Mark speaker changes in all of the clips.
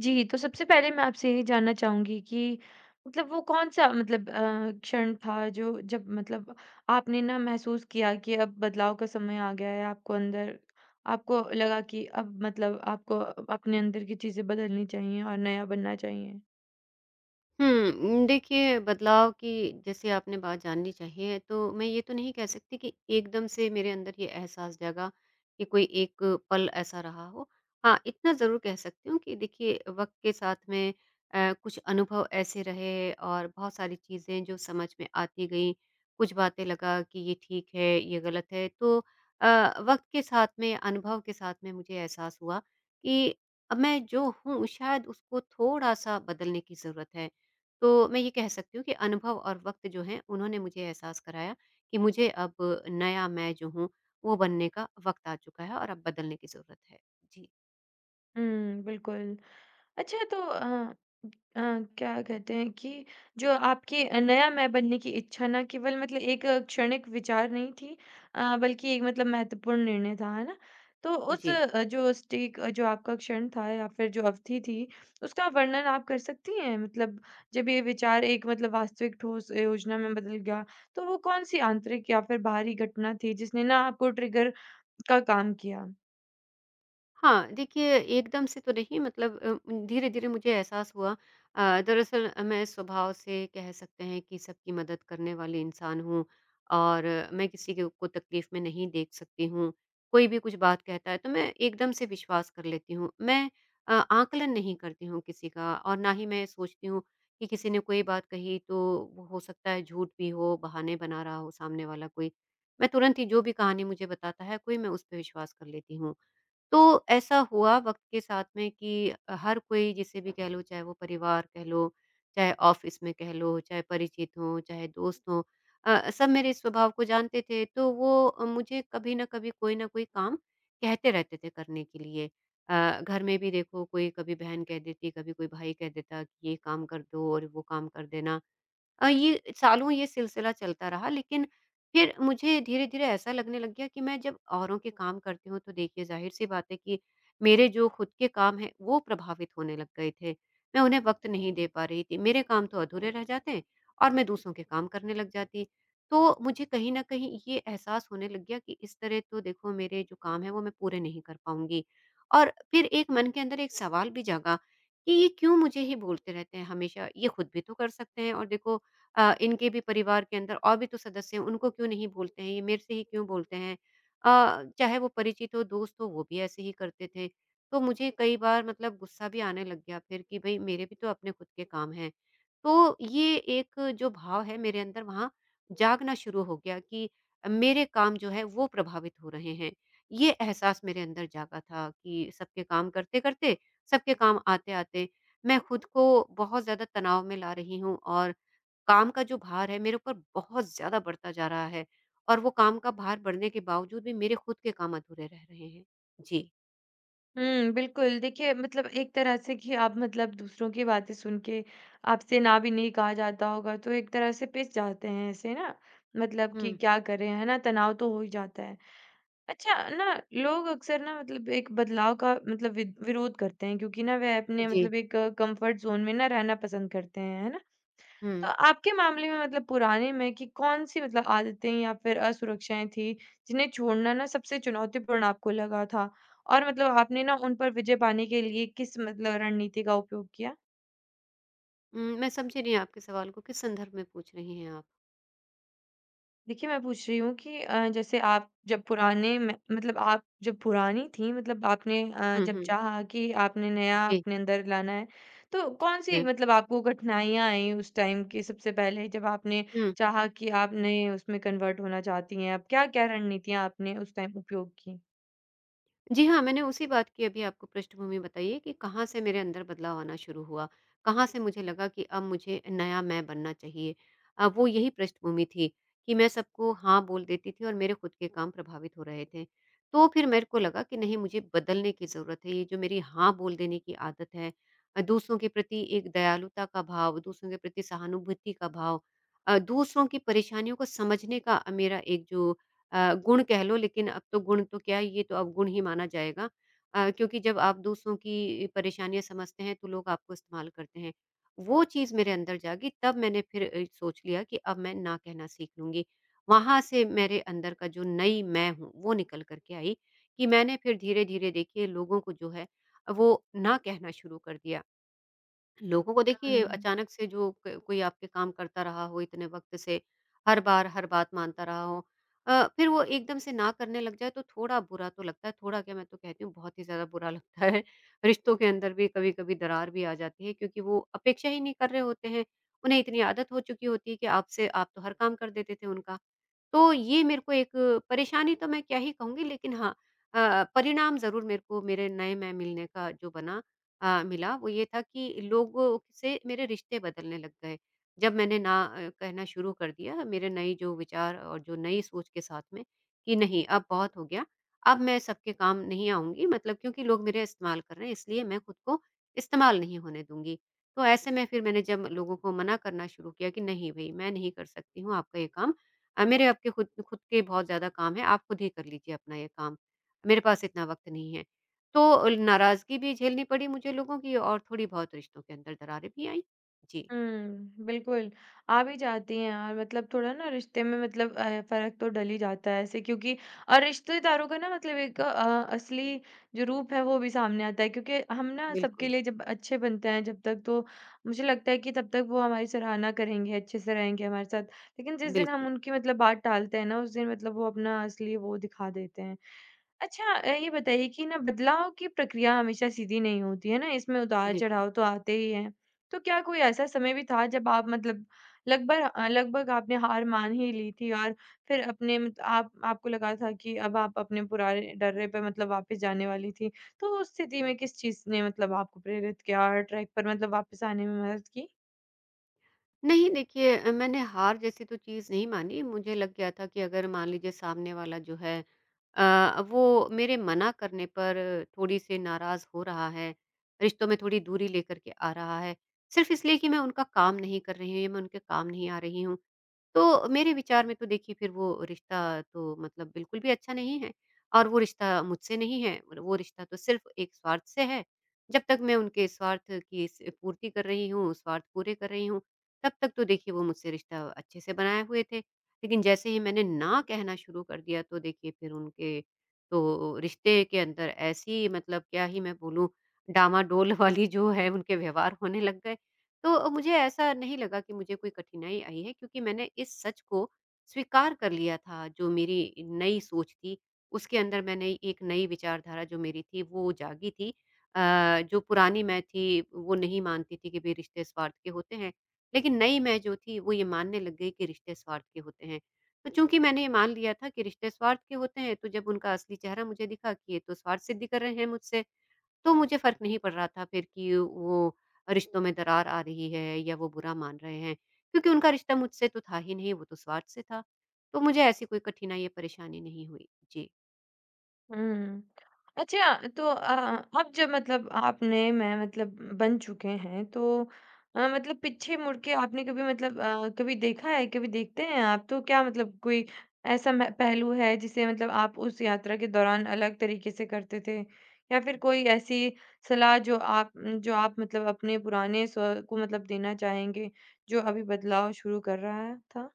Speaker 1: जी, तो सबसे पहले मैं आपसे यही जानना चाहूँगी कि मतलब वो कौन-सा मतलब क्षण था जो जब मतलब आपने ना महसूस किया कि अब बदलाव का समय आ गया है, आपको लगा कि अब मतलब आपको अपने अंदर की चीज़ें बदलनी चाहिए और नया बनना चाहिए?
Speaker 2: देखिए, बदलाव की जैसे आपने बात जाननी चाहिए, तो मैं ये तो नहीं कह सकती कि एकदम से मेरे अंदर ये एहसास जागा कि कोई एक पल ऐसा रहा हो। हाँ, इतना ज़रूर कह सकती हूँ कि देखिए, वक़्त के साथ में कुछ अनुभव ऐसे रहे और बहुत सारी चीज़ें जो समझ में आती गईं, कुछ बातें लगा कि ये ठीक है, ये गलत है। तो अ, वक़्त के साथ में, अनुभव के साथ में मुझे एहसास हुआ कि अब मैं जो हूँ शायद उसको थोड़ा-सा बदलने की ज़रूरत है। तो मैं ये कह सकती हूँ कि अनुभव और वक़्त जो हैं, उन्होंने मुझे एहसास कराया कि मुझे अब नया मैं जो हूँ, वो बनने का वक़्त आ चुका है और अब बदलने की ज़रूरत है। जी,
Speaker 1: हुँ, बिल्कुल। अच्छा तो अ, क्या कहते हैं कि जो आपकी नया मैं बनने की इच्छा ना केवल मतलब एक क्षणिक विचार नहीं थी, बल्कि एक मतलब महत्वपूर्ण निर्णय था, है ना? तो उस
Speaker 2: जी।
Speaker 1: जो आपका क्षण था या फिर जो अवधि थी, उसका वर्णन आप कर सकती हैं? मतलब जब ये विचार एक मतलब वास्तविक ठोस योजना में बदल गया, तो वो कौन-सी आंतरिक या फिर बाहरी घटना थी जिसने ना आपको ट्रिगर का काम किया?
Speaker 2: हाँ, देखिए, एकदम से तो नहीं, मतलब धीरे-धीरे मुझे एहसास हुआ। दरअसल, मैं स्वभाव से कह सकते हैं कि सबकी मदद करने वाली इंसान हूँ और मैं किसी के को तकलीफ़ में नहीं देख सकती हूँ। कोई भी कुछ बात कहता है तो मैं एकदम से विश्वास कर लेती हूँ। मैं आकलन नहीं करती हूँ किसी का और ना ही मैं सोचती हूँ कि किसी ने कोई बात कही तो वो हो सकता है झूठ भी हो, बहाने बना रहा हो सामने वाला कोई। मैं तुरंत ही जो भी कहानी मुझे बताता है कोई मैं उस पे विश्वास कर लेती हूँ। तो ऐसा हुआ वक़्त के साथ में कि हर कोई जिसे भी कह लो, चाहे वो परिवार कह लो, चाहे ऑफ़िस में कह लो, चाहे परिचित हों, चाहे दोस्त हों, सब मेरे इस स्वभाव को जानते थे। तो वो मुझे कभी न कभी कोई न कोई काम कहते रहते थे करने के लिए। घर में भी देखो, कोई कभी बहन कह देती, कभी कोई भाई कह देता कि ये काम कर दो और वो काम कर देना। ये सालों ये सिलसिला चलता रहा, लेकिन फिर मुझे धीरे-धीरे ऐसा लगने लग गया कि मैं जब औरों के काम करती हूँ तो देखिए, ज़ाहिर-सी बात है कि मेरे जो खुद के काम हैं वो प्रभावित होने लग गए थे। मैं उन्हें वक़्त नहीं दे पा रही थी। मेरे काम तो अधूरे रह जाते और मैं दूसरों के काम करने लग जाती। तो मुझे कहीं न कहीं ये एहसास होने लग गया कि इस तरह तो देखो, मेरे जो काम हैं वो मैं पूरे नहीं कर पाऊँगी। और फिर एक मन के अंदर एक सवाल भी जागा कि ये क्यों मुझे ही बोलते रहते हैं हमेशा? ये खुद भी तो कर सकते हैं और देखो, इनके भी परिवार के अंदर और भी तो सदस्य हैं, उनको क्यों नहीं बोलते हैं ये, मेरे से ही क्यों बोलते हैं? चाहे वो परिचित हो, दोस्त हो, वो भी ऐसे ही करते थे। तो मुझे कई बार मतलब गुस्सा भी आने लग गया फिर कि भई, मेरे भी तो अपने खुद के काम हैं। तो ये एक जो भाव है मेरे अंदर, वहाँ जागना शुरू हो गया कि मेरे काम जो है वो प्रभावित हो रहे हैं। ये एहसास मेरे अंदर जागा था कि सबके काम करते-करते, सबके काम आते-आते मैं खुद को बहुत ज़्यादा तनाव में ला रही हूँ और काम का जो भार है मेरे ऊपर बहुत ज़्यादा बढ़ता जा रहा है और वो काम का भार बढ़ने के बावजूद भी मेरे खुद के काम अधूरे रह रहे हैं। जी।
Speaker 1: हुँ, बिल्कुल। देखिए मतलब एक तरह से कि आप मतलब दूसरों की बातें सुन के आपसे ना भी नहीं कहा जाता होगा तो एक तरह से पिस जाते हैं ऐसे ना, मतलब कि
Speaker 2: हुँ,
Speaker 1: क्या करें, है ना? तनाव तो हो ही जाता है। अच्छा ना, लोग अक्सर ना मतलब एक बदलाव का मतलब वि विरोध करते हैं क्योंकि ना वह अपने
Speaker 2: जी।
Speaker 1: मतलब एक कंफर्ट ज़ोन में ना रहना पसंद करते हैं, है ना?
Speaker 2: हुँ।
Speaker 1: तो आपके मामले में मतलब पुराने में कि कौन-सी मतलब आदतें या फिर असुरक्षाएँ थी, जिन्हें छोड़ना ना सबसे चुनौतीपूर्ण आपको लगा था? और मतलब आपने ना उन पर विजय पाने के लिए किस मतलब रणनीति का उपयोग किया?
Speaker 2: मैं समझी नहीं आपके सवाल को, किस संदर्भ में पूछ रही हैं आप?
Speaker 1: देखिए, मैं पूछ रही हूँ कि जैसे आप जब पुराने में मतलब आप जब पुरानी थी मतलब आपने
Speaker 2: हुँ,
Speaker 1: जब
Speaker 2: हुँ।
Speaker 1: चाहा कि आपने नया
Speaker 2: जी,
Speaker 1: अपने अंदर लाना है, तो कौन-सी
Speaker 2: हैं।
Speaker 1: मतलब आपको कठिनाइयाँ आई उस टाइम की सबसे पहले जब आपने
Speaker 2: हुँ।
Speaker 1: चाहा कि आप नए उसमें कन्वर्ट होना चाहती हैं? अब क्या-क्या रणनीतियाँ आपने उस टाइम उपयोग की?
Speaker 2: जी हाँ, मैंने उसी बात की अभी आपको पृष्ठभूमि बताई है कि कहाँ से मेरे अंदर बदलाव आना शुरू हुआ, कहाँ से मुझे लगा कि अब मुझे नया मैं बनना चाहिए। वो यही पृष्ठभूमि थी कि मैं सबको हाँ बोल देती थी और मेरे खुद के काम प्रभावित हो रहे थे। तो फिर मेरे को लगा कि नहीं, मुझे बदलने की ज़रूरत है। ये जो मेरी हाँ बोल देने की आदत है, दूसरों के प्रति एक दयालुता का भाव, दूसरों के प्रति सहानुभूति का भाव, दूसरों की परेशानियों को समझने का मेरा एक जो गुण कह लो, लेकिन अब तो गुण तो क्या, ये तो अवगुण ही माना जाएगा, क्योंकि जब आप दूसरों की परेशानियाँ समझते हैं तो लोग आपको इस्तेमाल करते हैं। वो चीज़ मेरे अंदर जागी, तब मैंने फिर सोच लिया कि अब मैं ना कहना सीख लूँगी। वहाँ से मेरे अंदर का जो नई मैं हूँ वो निकल कर के आई, कि मैंने फिर धीरे-धीरे, देखिए, लोगों को जो है वो ना कहना शुरू कर दिया। लोगों को देखिए, अचानक से जो क कोई आपके काम करता रहा हो इतने वक़्त से, हर बार हर बात मानता रहा हो, फिर वो एकदम से ना करने लग जाए तो थोड़ा बुरा तो लगता है, थोड़ा क्या, मैं तो कहती हूँ बहुत ही ज़्यादा बुरा लगता है। रिश्तों के अंदर भी कभी-कभी दरार भी आ जाती है, क्योंकि वो अपेक्षा ही नहीं कर रहे होते हैं। उन्हें इतनी आदत हो चुकी होती है कि आपसे आप तो हर काम कर देते थे उनका। तो ये मेरे को एक परेशानी तो मैं क्या ही कहूँगी, लेकिन हाँ, परिणाम ज़रूर मेरे को मेरे नए मैं मिलने का जो बना, मिला, वो ये था कि लोगों से मेरे रिश्ते बदलने लग गए। जब मैंने ना कहना शुरू कर दिया मेरे नई जो विचार और जो नई सोच के साथ में कि नहीं, अब बहुत हो गया, अब मैं सबके काम नहीं आऊँगी, मतलब क्योंकि लोग मेरा इस्तेमाल कर रहे हैं इसलिए मैं खुद को इस्तेमाल नहीं होने दूँगी। तो ऐसे में फिर मैंने जब लोगों को मना करना शुरू किया कि नहीं भई, मैं नहीं कर सकती हूँ आपका ये काम। मेरे आपके खुद खुद के बहुत ज़्यादा काम हैं, आप खुद ही कर लीजिए अपना ये काम, मेरे पास इतना वक़्त नहीं है। तो नाराज़गी भी झेलनी पड़ी मुझे लोगों की और थोड़ी बहुत रिश्तों के अंदर दरारें भी आईं। जी।
Speaker 1: हुँ, बिल्कुल, आ भी जाती हैं यार, मतलब थोड़ा ना रिश्ते में मतलब फ़र्क तो डल ही जाता है ऐसे, क्योंकि और रिश्तेदारों का ना मतलब एक असली जो रूप है वो भी सामने आता है, क्योंकि हम ना सबके
Speaker 2: बिल्कुल।
Speaker 1: लिए जब अच्छे बनते हैं जब तक, तो मुझे लगता है कि तब तक वो हमारी सराहना करेंगे, अच्छे से रहेंगे हमारे साथ। लेकिन जिस दिन
Speaker 2: बिल्कुल,
Speaker 1: हम उनकी मतलब बात टालते हैं ना उस दिन मतलब वो अपना असली वो दिखा देते हैं। अच्छा ये बताइए कि ना बदलाव की प्रक्रिया हमेशा सीधी नहीं होती है ना, इसमें
Speaker 2: बिल्कुल।
Speaker 1: उतार-चढ़ाव तो आते ही हैं। तो क्या कोई ऐसा समय भी था जब आप मतलब लगभग आपने हार मान ही ली थी और फिर अपने मत आप आपको लगा था कि अब आप अपने पुराने डर्रे पे मतलब वापस जाने वाली थी। तो उस स्थिति में किस चीज़ ने मतलब आपको प्रेरित किया और ट्रैक पर मतलब वापस आने में मदद की?
Speaker 2: नहीं, देखिए, मैंने हार जैसी तो चीज़ नहीं मानी। मुझे लग गया था कि अगर मान लीजिए सामने वाला जो है, वो मेरे मना करने पर थोड़ी-सी नाराज़ हो रहा है, रिश्तों में थोड़ी दूरी लेकर के आ रहा है, सिर्फ़ इसलिए कि मैं उनका काम नहीं कर रही हूँ या मैं उनके काम नहीं आ रही हूँ। तो मेरे विचार में तो देखिए, फिर वो रिश्ता तो मतलब बिल्कुल भी अच्छा नहीं है और वो रिश्ता मुझसे नहीं है, वो रिश्ता तो सिर्फ़ एक स्वार्थ से है। जब तक मैं उनके स्वार्थ की स पूर्ति कर रही हूँ, स्वार्थ पूरे कर रही हूँ, तब तक तो देखिए, वो मुझसे रिश्ता अच्छे से बनाए हुए थे, लेकिन जैसे ही मैंने ना कहना शुरू कर दिया तो देखिए, फिर उनके तो रिश्ते के अंदर ऐसी, मतलब क्या ही मैं बोलूँ, डामाडोल वाली जो है उनके व्यवहार होने लग गए। तो मुझे ऐसा नहीं लगा कि मुझे कोई कठिनाई आई है, क्योंकि मैंने इस सच को स्वीकार कर लिया था। जो मेरी नई सोच थी, उसके अंदर मैंने एक नई विचारधारा जो मेरी थी वो जागी थी। अ, जो पुरानी मैं थी वो नहीं मानती थी कि भई, रिश्ते स्वार्थ के होते हैं। लेकिन नई मैं जो थी वो ये मानने लग गई कि रिश्ते स्वार्थ के होते हैं। तो चूँकि मैंने ये मान लिया था कि रिश्ते स्वार्थ के होते हैं, तो जब उनका असली चेहरा मुझे दिखा कि ये तो स्वार्थ सिद्धि कर रहे हैं मुझसे, तो मुझे फ़र्क नहीं पड़ रहा था फिर कि वो रिश्तों में दरार आ रही है या वो बुरा मान रहे हैं, क्योंकि उनका रिश्ता मुझसे तो था ही नहीं, वो तो स्वार्थ से था। तो मुझे ऐसी कोई कठिनाई या परेशानी नहीं हुई। जी।
Speaker 1: हुँ। अच्छा तो अब जब मतलब आपने मैं मतलब बन चुके हैं तो मतलब पीछे मुड़ के आपने कभी मतलब कभी देखा है, कभी देखते हैं आप? तो क्या मतलब कोई ऐसा म पहलू है जिसे मतलब आप उस यात्रा के दौरान अलग तरीके से करते थे? या फिर कोई ऐसी सलाह जो आप मतलब अपने पुराने स्व को मतलब देना चाहेंगे, जो अभी बदलाव शुरू कर रहा है था?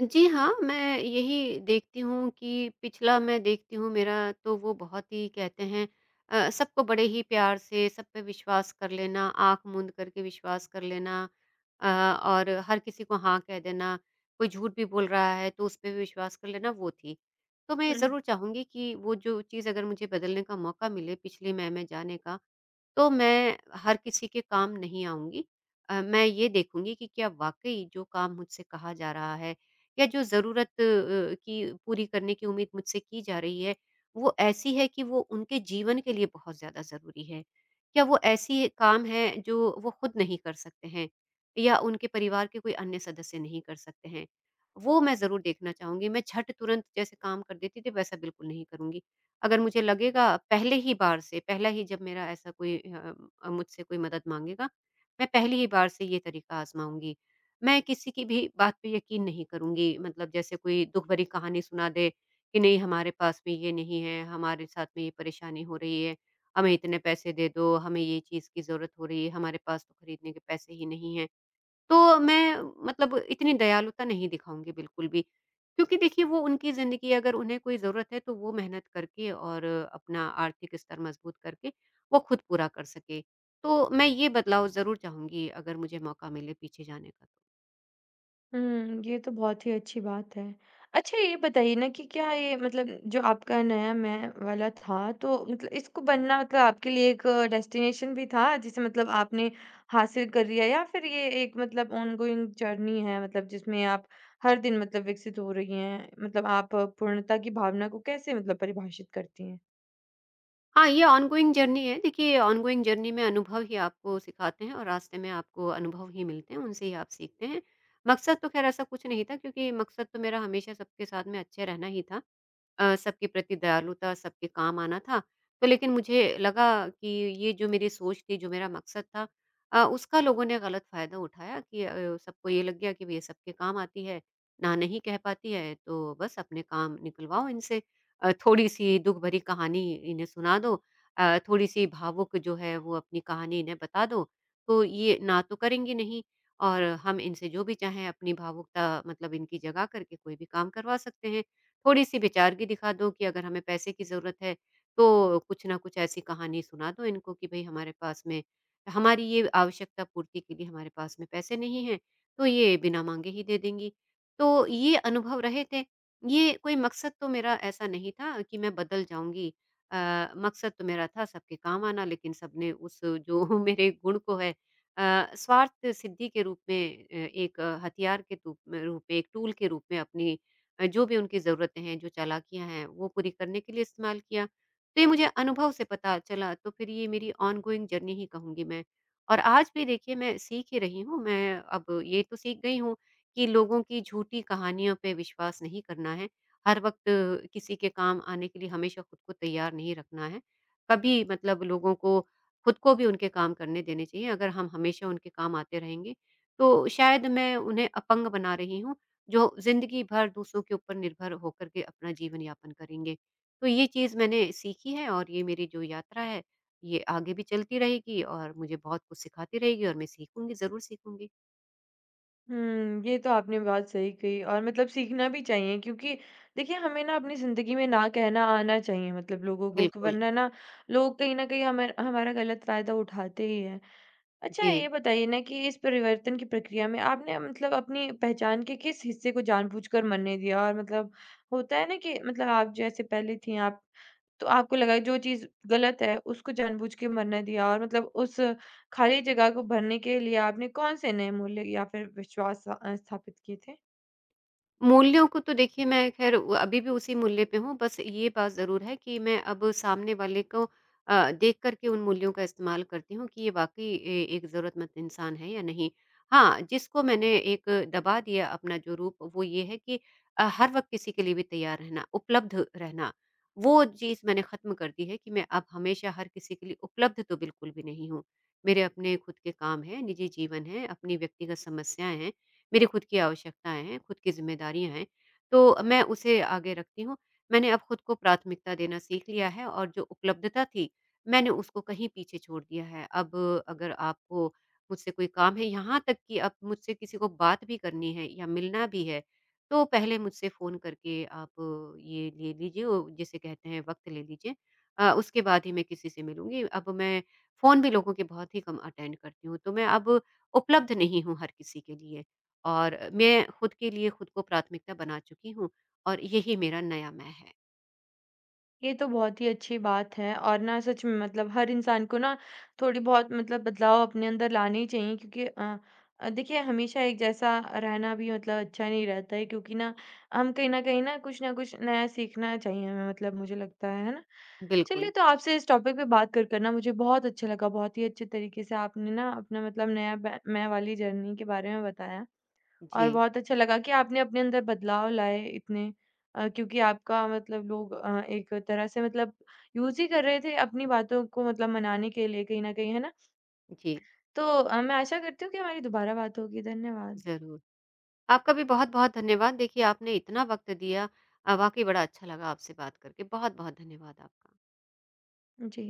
Speaker 2: जी हाँ, मैं यही देखती हूँ कि पिछला मैं देखती हूँ मेरा, तो वो बहुत ही कहते हैं, सबको बड़े ही प्यार से सब पे विश्वास कर लेना, आँख मूंद करके विश्वास कर लेना, अ, और हर किसी को हाँ कह देना, कोई झूठ भी बोल रहा है तो उस पे भी विश्वास कर लेना, वो थी। तो मैं ज़रूर चाहूँगी कि वो जो चीज़ अगर मुझे बदलने का मौका मिले पिछली मैं में जाने का, तो मैं हर किसी के काम नहीं आऊँगी। मैं ये देखूँगी कि क्या वाक़ई जो काम मुझसे कहा जा रहा है या जो ज़रूरत की पूरी करने की उम्मीद मुझसे की जा रही है, वो ऐसी है कि वो उनके जीवन के लिए बहुत ज़्यादा ज़रूरी है? क्या वो ऐसी काम है जो वो खुद नहीं कर सकते हैं या उनके परिवार के कोई अन्य सदस्य नहीं कर सकते हैं? वो मैं ज़रूर देखना चाहूँगी। मैं झट तुरंत जैसे काम कर देती थी वैसा बिल्कुल नहीं करूँगी। अगर मुझे लगेगा पहले ही बार से पहला ही जब मेरा ऐसा कोई मुझसे कोई मदद माँगेगा, मैं पहली ही बार से ये तरीका आज़माऊँगी। मैं किसी की भी बात पे यकीन नहीं करूँगी। मतलब जैसे कोई दुःख भरी कहानी सुना दे कि नहीं हमारे पास में ये नहीं है, हमारे साथ में ये परेशानी हो रही है, हमें इतने पैसे दे दो, हमें ये चीज़ की ज़रूरत हो रही है, हमारे पास तो खरीदने के पैसे ही नहीं हैं। तो मैं मतलब इतनी दयालुता नहीं दिखाऊँगी बिल्कुल भी। क्योंकि देखिए वो उनकी ज़िंदगी है, अगर उन्हें कोई ज़रूरत है तो वो मेहनत करके और अपना आर्थिक स्तर मज़बूत करके वो खुद पूरा कर सके। तो मैं ये बदलाव ज़रूर चाहूँगी अगर मुझे मौका मिले पीछे जाने का तो।
Speaker 1: हुँ, ये तो बहुत ही अच्छी बात है। अच्छा ये बताइए ना कि क्या ये मतलब जो आपका नया मैं वाला था, तो मतलब इसको बनना मतलब आपके लिए एक डेस्टिनेशन भी था, जिसे मतलब आपने हासिल कर लिया, या फिर ये एक मतलब ऑनगोइंग जर्नी है मतलब जिसमें आप हर दिन मतलब विकसित हो रही हैं? मतलब आप पूर्णता की भावना को कैसे मतलब परिभाषित करती हैं?
Speaker 2: हाँ, ये ऑनगोइंग जर्नी है। देखिए ऑनगोइंग जर्नी में अनुभव ही आपको सिखाते हैं और रास्ते में आपको अनुभव ही मिलते हैं, उनसे ही आप सीखते हैं। मकसद तो ख़ैर ऐसा कुछ नहीं था क्योंकि मकसद तो मेरा हमेशा सबके साथ में अच्छे रहना ही था। सबके प्रति दयालुता, सबके काम आना था। तो लेकिन मुझे लगा कि ये जो मेरी सोच थी, जो मेरा मकसद था उसका लोगों ने गलत फ़ायदा उठाया कि सबको ये लग गया कि ये सबके काम आती है, ना नहीं कह पाती है, तो बस अपने काम निकलवाओ इनसे। थोड़ी-सी दुःख भरी कहानी इन्हें सुना दो थोड़ी-सी भावुक जो है वो अपनी कहानी इन्हें बता दो, तो ये ना तो करेंगी नहीं और हम इनसे जो भी चाहें अपनी भावुकता मतलब इनकी जगा करके कोई भी काम करवा सकते हैं। थोड़ी-सी विचार की दिखा दो कि अगर हमें पैसे की ज़रूरत है, तो कुछ ना कुछ ऐसी कहानी सुना दो इनको कि भई हमारे पास में हमारी ये आवश्यकता पूर्ति के लिए हमारे पास में पैसे नहीं हैं, तो ये बिना माँगे ही दे देंगी। तो ये अनुभव रहे थे। ये कोई मकसद तो मेरा ऐसा नहीं था कि मैं बदल जाऊँगी। अ, मकसद तो मेरा था सबके काम आना लेकिन सबने उस जो मेरे गुण को है स्वार्थ सिद्धि के रूप में एक हथियार के तूप में रूप में, एक टूल के रूप में अपनी जो भी उनकी ज़रूरतें हैं, जो चालाकियाँ हैं, वो पूरी करने के लिए इस्तेमाल किया। तो ये मुझे अनुभव से पता चला, तो फिर ये मेरी ऑनगोइंग जर्नी ही कहूँगी मैं। और आज भी देखिए मैं सीख ही रही हूँ, मैं अब ये तो सीख गई हूँ कि लोगों की झूठी कहानियों पे विश्वास नहीं करना है, हर वक़्त किसी के काम आने के लिए हमेशा खुद को तैयार नहीं रखना है। कभी मतलब लोगों को खुद को भी उनके काम करने देने चाहिए, अगर हम हमेशा उनके काम आते रहेंगे, तो शायद मैं उन्हें अपंग बना रही हूँ। जो ज़िंदगी भर दूसरों के ऊपर निर्भर होकर के अपना जीवन यापन करेंगे। तो ये चीज़ मैंने सीखी है और ये मेरी जो यात्रा है, ये आगे भी चलती रहेगी और मुझे बहुत कुछ सिखाती रहेगी और मैं सीखूँगी, ज़रूर सीखूँगी।
Speaker 1: हुँ, ये तो आपने बात सही कही, और मतलब सीखना भी चाहिए, क्योंकि देखिए हमें ना अपनी ज़िंदगी में ना कहना आना चाहिए मतलब लोगों को, कि
Speaker 2: बिल्कुल।
Speaker 1: वरना ना लोग कहीं न कहीं हमें हमारा गलत फ़ायदा उठाते ही हैं। अच्छा
Speaker 2: जी।
Speaker 1: ये बताइए ना कि इस परिवर्तन की प्रक्रिया में आपने मतलब अपनी पहचान के किस हिस्से को जानबूझकर मरने दिया? और मतलब होता है ना कि मतलब आप जैसे पहले थी आप, तो आपको लगा जो चीज़ गलत है, उसको जानबूझ के मरने दिया, और मतलब उस खाली जगह को भरने के लिए आपने कौन से नए मूल्य या फिर विश्वास स्थापित किए थे?
Speaker 2: मूल्यों को तो देखिए मैं ख़ैर उ अभी भी उसी मूल्य पे हूँ, बस ये बात ज़रूर है कि मैं अब सामने वाले को देख कर के उन मूल्यों का इस्तेमाल करती हूँ कि ये वाक़ई ए एक ज़रूरतमंद इंसान है या नहीं। हाँ, जिसको मैंने एक दबा दिया अपना जो रूप वो ये है कि हर वक़्त किसी के लिए भी तैयार रहना, उपलब्ध रहना, वो चीज़ मैंने ख़त्म कर दी है कि मैं अब हमेशा हर किसी के लिए उपलब्ध तो बिल्कुल भी नहीं हूँ। मेरे अपने खुद के काम हैं, निजी जीवन है, अपनी व्यक्तिगत समस्याएँ हैं, मेरी खुद की आवश्यकताएँ हैं, खुद की ज़िम्मेदारियाँ हैं, तो मैं उसे आगे रखती हूँ। मैंने अब खुद को प्राथमिकता देना सीख लिया है और जो उपलब्धता थी, मैंने उसको कहीं पीछे छोड़ दिया है। अब अगर आपको मुझसे कोई काम है, यहाँ तक कि अब मुझसे किसी को बात भी करनी है या मिलना भी है, तो पहले मुझसे फ़ोन करके आप ये ले लीजिए वो जिसे कहते हैं वक़्त ले लीजिए। उसके बाद ही मैं किसी से मिलूँगी। अब मैं फ़ोन भी लोगों के बहुत ही कम अटेंड करती हूँ, तो मैं अब उपलब्ध नहीं हूँ हर किसी के लिए। और मैं खुद के लिए खुद को प्राथमिकता बना चुकी हूँ और यही मेरा नया मैं है।
Speaker 1: ये तो बहुत ही अच्छी बात है, और ना सच में मतलब हर इंसान को ना थोड़ी बहुत मतलब बदलाव अपने अंदर लाने ही चाहिए, क्योंकि देखिए हमेशा एक जैसा रहना भी मतलब अच्छा नहीं रहता है, क्योंकि ना हम कहीं ना कुछ नया सीखना चाहिए हमें मतलब, मुझे लगता है ना?
Speaker 2: बिल्कुल।
Speaker 1: चलिए, तो आपसे इस टॉपिक पे बात कर करना मुझे बहुत अच्छा लगा, बहुत ही अच्छे तरीके से आपने ना अपना मतलब नया मैं वाली जर्नी के बारे में बताया, और
Speaker 2: जी,
Speaker 1: बहुत अच्छा लगा कि आपने अपने अंदर बदलाव लाए इतने, क्योंकि आपका मतलब लोग एक तरह से मतलब यूज़ ही कर रहे थे अपनी बातों को मतलब मनाने के लिए कहीं न कहीं, है ना?
Speaker 2: जी,
Speaker 1: तो मैं आशा करती हूँ कि हमारी दोबारा बात होगी। धन्यवाद।
Speaker 2: ज़रूर। आपका भी बहुत-बहुत धन्यवाद। देखिए आपने इतना वक़्त दिया वाक़ई बड़ा अच्छा लगा आपसे बात करके। बहुत-बहुत धन्यवाद आपका।
Speaker 1: जी।